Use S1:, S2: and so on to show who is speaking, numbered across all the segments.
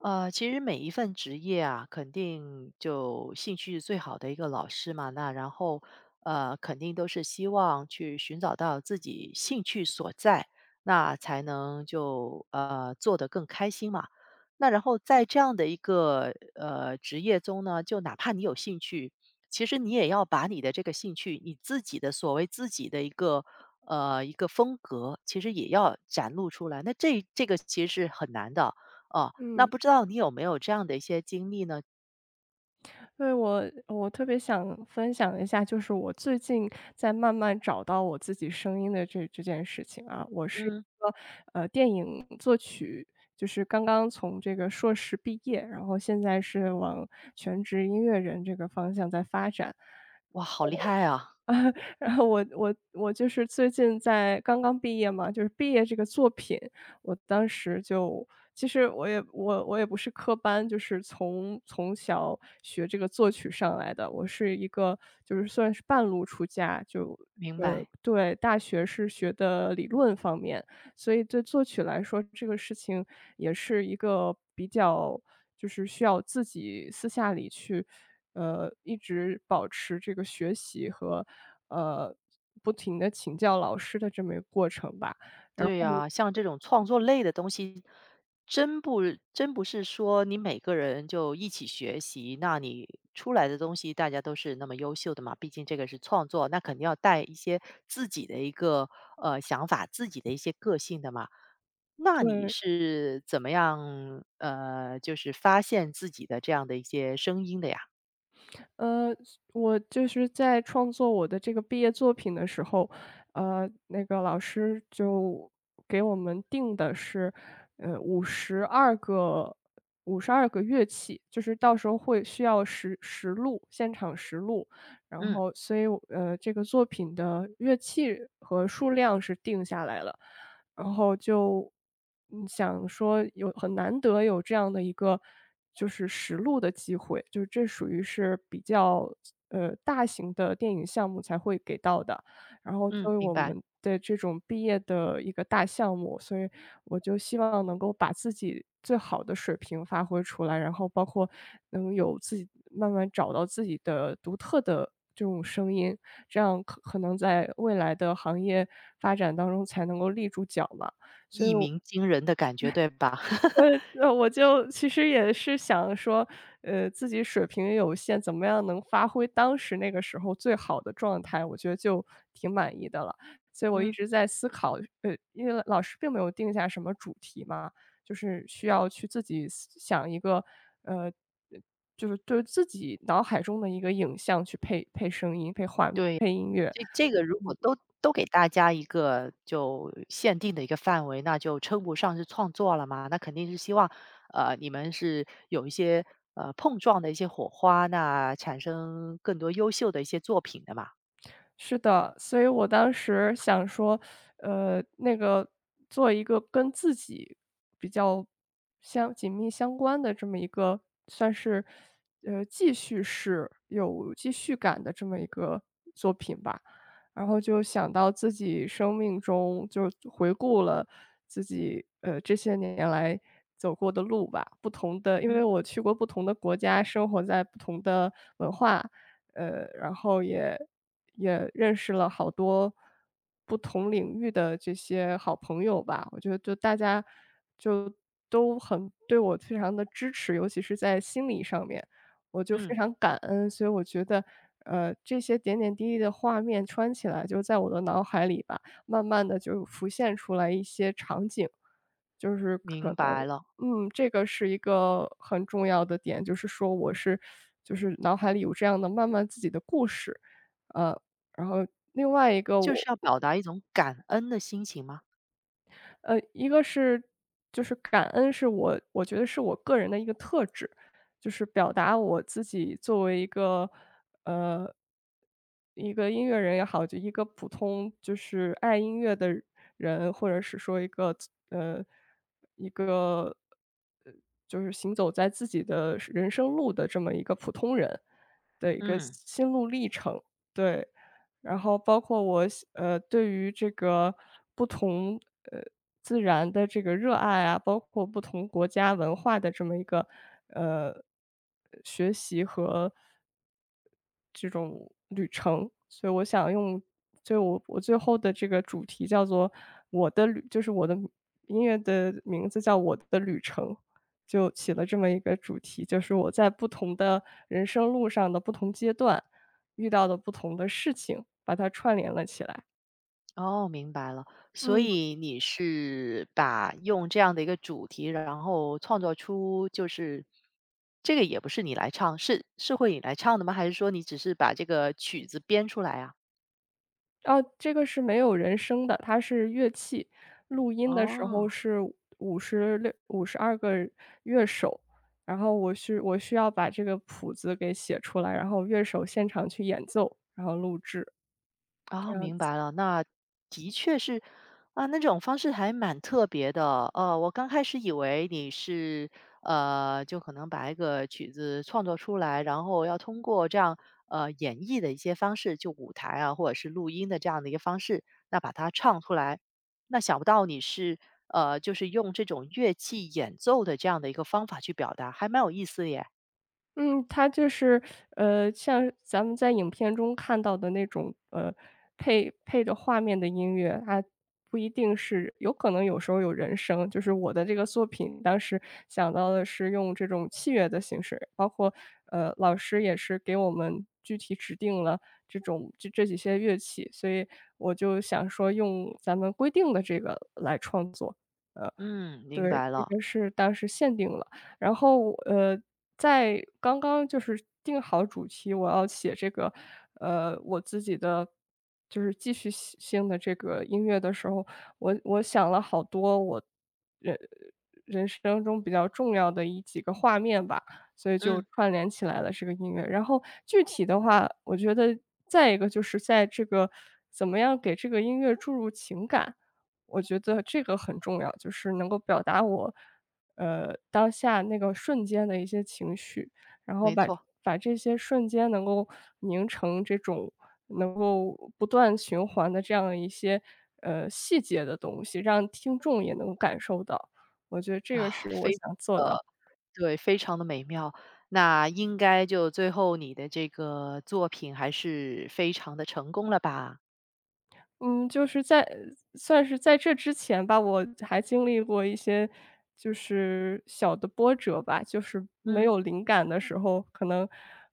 S1: 其实每一份职业啊，肯定就兴趣是最好的一个老师嘛。那然后，肯定都是希望去寻找到自己兴趣所在，那才能就做得更开心嘛。那然后在这样的一个职业中呢，就哪怕你有兴趣，其实你也要把你的这个兴趣，你自己的所谓自己的一个一个风格，其实也要展露出来。那这个其实是很难的。哦，那
S2: 嗯，
S1: 不知道你有没有这样的一些经历呢？
S2: 对，我特别想分享一下，就是我最近在慢慢找到我自己声音的这件事情啊。我是一
S1: 嗯。
S2: 个电影作曲，就是刚刚从这个硕士毕业，然后现在是往全职音乐人这个方向在发展。
S1: 哇，好厉害啊！
S2: 然后我就是最近在刚刚毕业嘛，就是毕业这个作品，我当时就其实我也不是科班，就是从小学这个作曲上来的，我是一个就是算是半路出家，就
S1: 明
S2: 呃
S1: 白。
S2: 对，大学是学的理论方面，所以对作曲来说，这个事情也是一个比较就是需要自己私下里去，一直保持这个学习和，呃，不停的请教老师的这么一个过程吧。然
S1: 对
S2: 后
S1: 呀，像这种创作类的东西，真不真不是说你每个人就一起学习，那你出来的东西大家都是那么优秀的嘛，毕竟这个是创作，那肯定要带一些自己的一个，想法，自己的一些个性的嘛。那你
S2: 对。
S1: 是怎么样，就是发现自己的这样的一些声音的呀？
S2: 呃，我就是在创作我的这个毕业作品的时候，那个老师就给我们定的是，五十二个五十二个乐器，就是到时候会需要实录，现场实录。然
S1: 嗯，
S2: 后所以，这个作品的乐器和数量是定下来了。然后就，嗯，想说有很难得有这样的一个就是实录的机会，就是这属于是比较，大型的电影项目才会给到的。然后作
S1: 嗯，
S2: 为
S1: 明
S2: 我
S1: 白。
S2: 们的这种毕业的一个大项目，所以我就希望能够把自己最好的水平发挥出来，然后包括能有自己慢慢找到自己的独特的这种声音，这样可能在未来的行业发展当中才能够立住脚嘛。
S1: 一鸣惊人的感觉，对吧？
S2: 我 也我就其实也是想说，自己水平有限，怎么样能发挥当时那个时候最好的状态，我觉得就挺满意的了。所以我一
S1: 嗯，
S2: 直在思考，因为老师并没有定下什么主题嘛，就是需要去自己思想一个，呃，呃就是对自己脑海中的一个影像去配声音、配画
S1: 对，
S2: 配音乐。
S1: 这这个如果都给大家一个就限定的一个范围，那就称不上是创作了嘛。那肯定是希望，你们是有一些碰撞的一些火花，那产生更多优秀的一些作品的嘛。
S2: 是的，所以我当时想说，那个做一个跟自己比较相紧密相关的这么一个，算是记叙式、有记叙感的这么一个作品吧。然后就想到自己生命中，就回顾了自己这些年来走过的路吧，不同的，因
S1: 嗯
S2: 为我去过不同的国家，生活在不同的文化，然后也也认识了好多不同领域的这些好朋友吧。我觉得就大家就都很对我非常的支持，尤其是在心理上面，我就非
S1: 嗯，
S2: 常感恩。所以我觉得，这些点点滴滴的画面穿起来就在我的脑海里吧，慢慢的就浮现出来一些场景。就是可
S1: 明
S2: 能
S1: 白了，
S2: 嗯，这个是一个很重要的点，就是说我是就是脑海里有这样的慢慢自己的故事。呃，然后另外一个
S1: 就是
S2: 我
S1: 要表达一种感恩的心情吗？
S2: 一个是就是感恩是我觉得是我个人的一个特质，就是表达我自己作为一个，呃，一个音乐人也好，就一个普通就是爱音乐的人，或者是说一个呃，一个，呃，就是行走在自己的人生路的这么一个普通人。
S1: 嗯。
S2: 对，然后包括我对于这个不同，呃，自然的这个热爱啊，包括不同国家文化的这么一个，呃，学习和所以我想用就我最后的这个主题叫做我的旅就是我的音乐的名字叫我的旅程，就起了这么一个主题，就是我在不同的人生路上的不同阶段，遇到的不同的事情，把它串联了起来。
S1: 哦，明白了。所
S2: 嗯。
S1: 以你是把用这样的一个主题，然后创作出就是这个也不是你来唱，是会你来唱的吗？还是说你只是把这个曲子编出来啊？
S2: 哦，这个是没有人声的，它是乐器。录音的时候
S1: 哦。
S2: 是56、五十二个乐手，然后我需要把这个谱子给写出来，然后乐手现场去演奏，然后录制。
S1: 哦，明白了，那的确是啊，那种方式还蛮特别的。我刚开始以为你是就可能把一个曲子创作出来，然后要通过这样演绎的一些方式，就舞台啊，或者是录音的这样的一个方式，那把它唱出来。那想不到你是就是用这种乐器演奏的这样的一个方法去表达，还蛮有意思耶。
S2: 嗯，它就是，像咱们在影片中看到的那种，配配着画面的音乐，它不一定是有可能有时候有人声，就是我的这个作品当时想到的是用这种器乐的形式，包括，老师也是给我们具体指定了这种这这几些乐器，所以我就想说用咱们规定的这个来创作。
S1: 嗯，明
S2: 对，
S1: 白
S2: 这
S1: 了。
S2: 个是当时限定了。然后，在刚刚就是定好主题，我要写这个，我自己的就是继续性的这个音乐的时候，我想了好多人人生中比较重要的一几个画面吧，所以就
S1: 嗯，
S2: 串联起来了这个音乐。然后具体的话，我觉得再一个就是在这个怎么样给这个音乐注入情感。我觉得这个很重要，就是能够表达我，当下那个瞬间的一些情绪，然后
S1: 没错
S2: 把这些瞬间能够凝成这种能够不断循环的这样一些，细节的东西，让听众也能感受到。我觉得这个
S1: 啊，
S2: 是
S1: 非
S2: 我
S1: 常
S2: 想做到的
S1: 的。对，非常的美妙。那应该就最后你的这个作品还是非常的成功了吧？
S2: 嗯，就是在算是在这之前吧，我还经历过一些就是小的波折吧，就是没
S1: 嗯，
S2: 有灵感的时候，可能，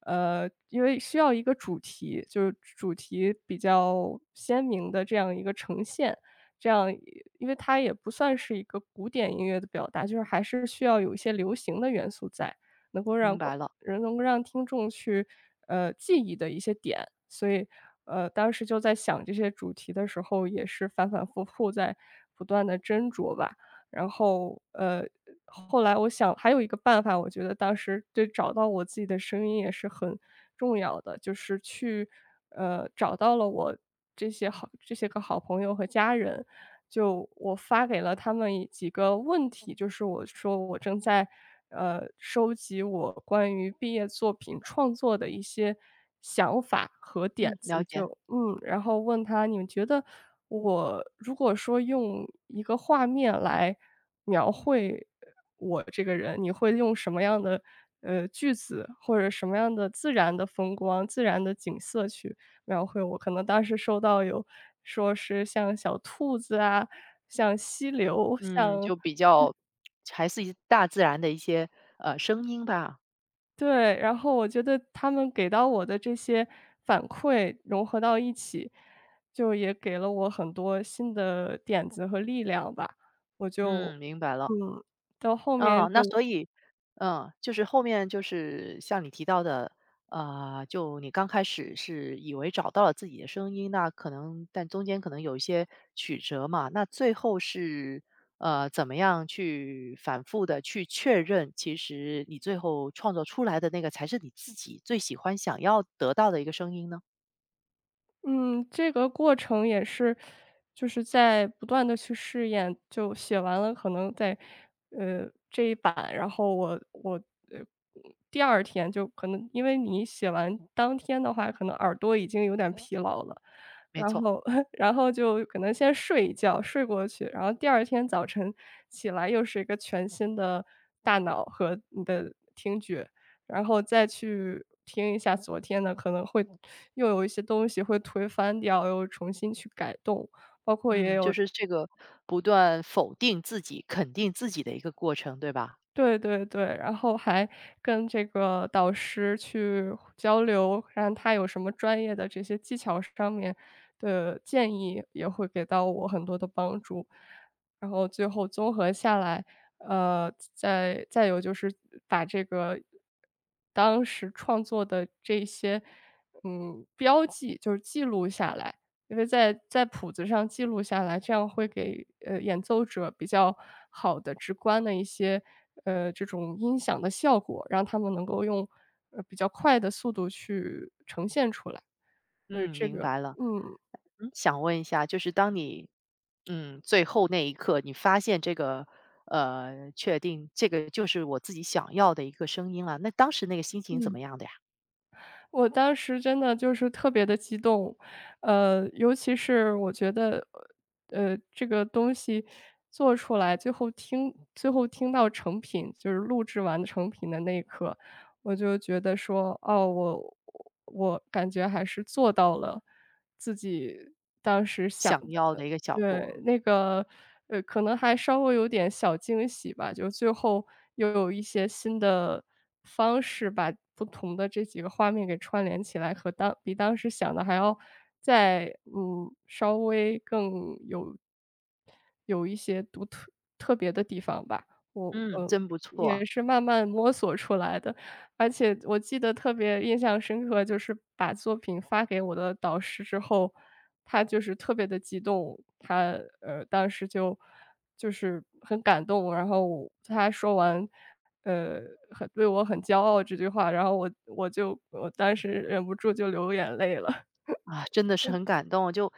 S2: 因为需要一个主题，就是主题比较鲜明的这样一个呈现，这样因为它也不算是一个古典音乐的表达，就是还是需要有一些流行的元素在，能够
S1: 明
S2: 让
S1: 白了，
S2: 人能够让听众去，记忆的一些点。所以，当时就在想这些主题的时候，也是反反复复在不断的斟酌吧。然后，后来我想还有一个办法，我觉得当时对找到我自己的声音也是很重要的，就是去，找到了我这些个好朋友和家人，就我发给了他们几个问题，就是我说我正在，收集我关于毕业作品创作的一些想法和点
S1: 嗯，了
S2: 子，
S1: 解。
S2: 就嗯，然后问他：“你们觉得我如果说用一个画面来描绘我这个人，你会用什么样的，句子或者什么样的自然的风光、自然的景色去描绘我可能当时收到有说是像小兔子啊，像溪流，
S1: 嗯，
S2: 像
S1: 就比较还是一大自然的一些，声音吧。
S2: 对，然后我觉得他们给到我的这些反馈融合到一起，就也给了我很多新的点子和力量吧。我就
S1: 嗯，明白了。
S2: 嗯，到后面
S1: 嗯，那
S2: 就
S1: 所以，嗯，就是后面就是像你提到的，就你刚开始是以为找到了自己的声音，那可能但中间可能有一些曲折嘛，那最后是怎么样去反复的去确认，其实你最后创作出来的那个才是你自己最喜欢、想要得到的一个声音呢？
S2: 嗯，这个过程也是，就是在不断的去试验，就写完了可能在，这一版，然后我呃，第二天就可能因为你写完当天的话，可能耳朵已经有点疲劳了。
S1: 没
S2: 然
S1: 错，
S2: 后 然后就可能先睡一觉，睡过去，然后第二天早晨起来又是一个全新的大脑和你的听觉，然后再去听一下昨天的，可能会又有一些东西会推翻掉，又重新去改动，包括也
S1: 嗯，就
S2: 有
S1: 是这个不断否定自己、肯定自己的一个过程，对吧？
S2: 对对对，然后还跟这个导师去交流，看他有什么专业的这些技巧上面的建议，也会给到我很多的帮助。然后最后综合下来，再有就是把这个当时创作的这些，嗯，标记就是记录下来。因为在谱子上记录下来，这样会给，演奏者比较好的、直观的一些，这种音响的效果，让他们能够用，比较快的速度去呈现出来，所以
S1: 嗯，
S2: 这
S1: 明白了。
S2: 嗯，
S1: 嗯，想问一下，就是当你，嗯，最后那一刻，你发现这个，确定这个就是我自己想要的一个声音了，那当时那个心情怎
S2: 嗯。
S1: 么样的呀？
S2: 我当时真的就是特别的激动，尤其是我觉得，这个东西做出来，最后听到成品，就是录制完成品的那一刻，我就觉得说，哦，我感觉还是做到了自己
S1: 想要的一个小果，
S2: 对，那个，可能还稍微有点小惊喜吧，就最后又有一些新的方式把不同的这几个画面给串联起来，和当比当时想的还要再，嗯，稍微有一些特别的地方吧，我，
S1: 嗯，真不错啊
S2: 也是慢慢摸索出来的。而且我记得特别印象深刻，就是把作品发给我的导师之后，他就是特别的激动，他，当时就就是很感动，然后他说完，呃，很对我很骄傲这句话，然后我当时忍不住就流眼泪了。
S1: 啊，真的是很感动，就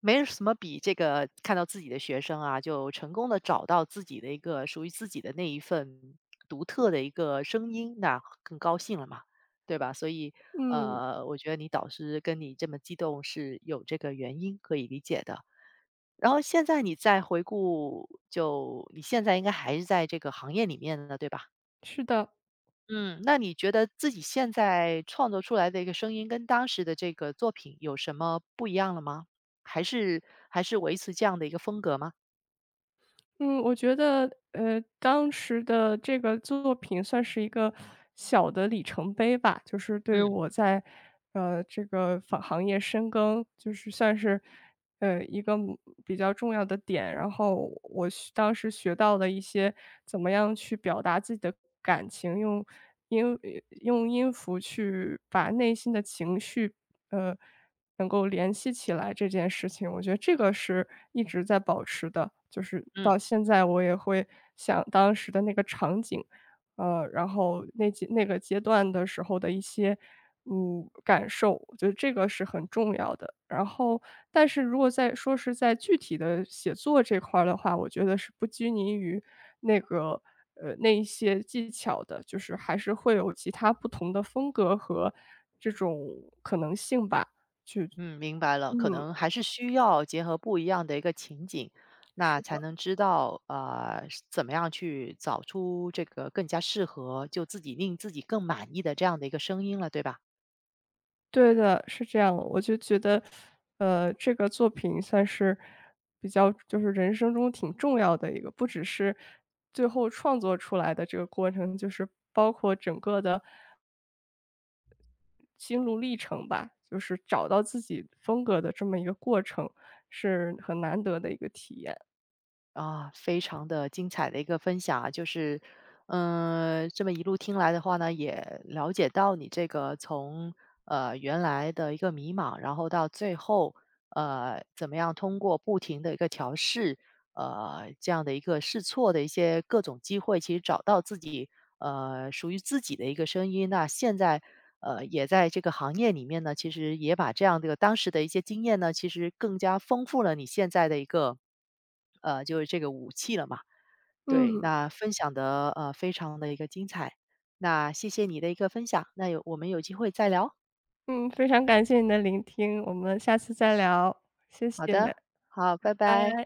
S1: 没什么比这个看到自己的学生啊，就成功的找到自己的一个属于自己的那一份独特的一个声音，那更高兴了嘛，对吧？所以，
S2: 嗯，
S1: 我觉得你导师跟你这么激动是有这个原因，可以理解的。然后现在你再回顾，就你现在应该还是在这个行业里面的，对吧？
S2: 是的。
S1: 嗯，那你觉得自己现在创作出来的一个声音，跟当时的这个作品有什么不一样了吗？还是还是维持这样的一个风格吗？
S2: 嗯，我觉得，当时的这个作品算是一个小的里程碑吧，就是对于
S1: 嗯
S2: 我在，这个行业深耕，就是算是，一个嗯比较重要的点。然后当时学到了一些怎么样去表达自己的感情，音用音符去把内心的情绪呃，能够联系起来这件事情，我觉得这个是一直在保持的，就是
S1: 嗯
S2: 到现在我也会想当时的那个场景，然后那个阶段的时候的一些嗯，感受，我觉得这个是很重要的。然后，但是如果在说是在具体的写作这块儿的话，我觉得是不拘泥于那个，那一些技巧的，就是还是会有其他不同的风格和这种可能性吧。
S1: 嗯，明白了，可
S2: 嗯，
S1: 能还是需要结合不一样的一个情景，那才
S2: 是。
S1: 能知道是怎么样去找出这个更加适合就自己令自己更满意的这样的一个声音了，对吧？
S2: 对的，是这样的我就觉得，这个作品算是比较就是人生中挺重要的一个，不只是最后创作出来的这个过程，就是包括整个的心路历程吧，就是找到自己风格的这么一个过程，是很难得的一个体验。
S1: 啊，非常的精彩的一个分享啊，就是，嗯、这么一路听来的话呢，也了解到你这个从原来的一个迷茫，然后到最后怎么样通过不停的一个调试，这样的一个试错的一些各种机会，其实找到自己属于自己的一个声音。那现在也在这个行业里面呢，其实也把这样的当时的一些经验呢，其实更加丰富了你现在的一个就是这个武器了嘛。对，
S2: 嗯，
S1: 那分享的非常的一个精彩，那谢谢你的一个分享，那我们有机会再聊。
S2: 嗯，非常感谢你的聆听，我们下次再聊，谢
S1: 好
S2: 谢，拜
S1: 的，好，拜拜。
S2: 拜。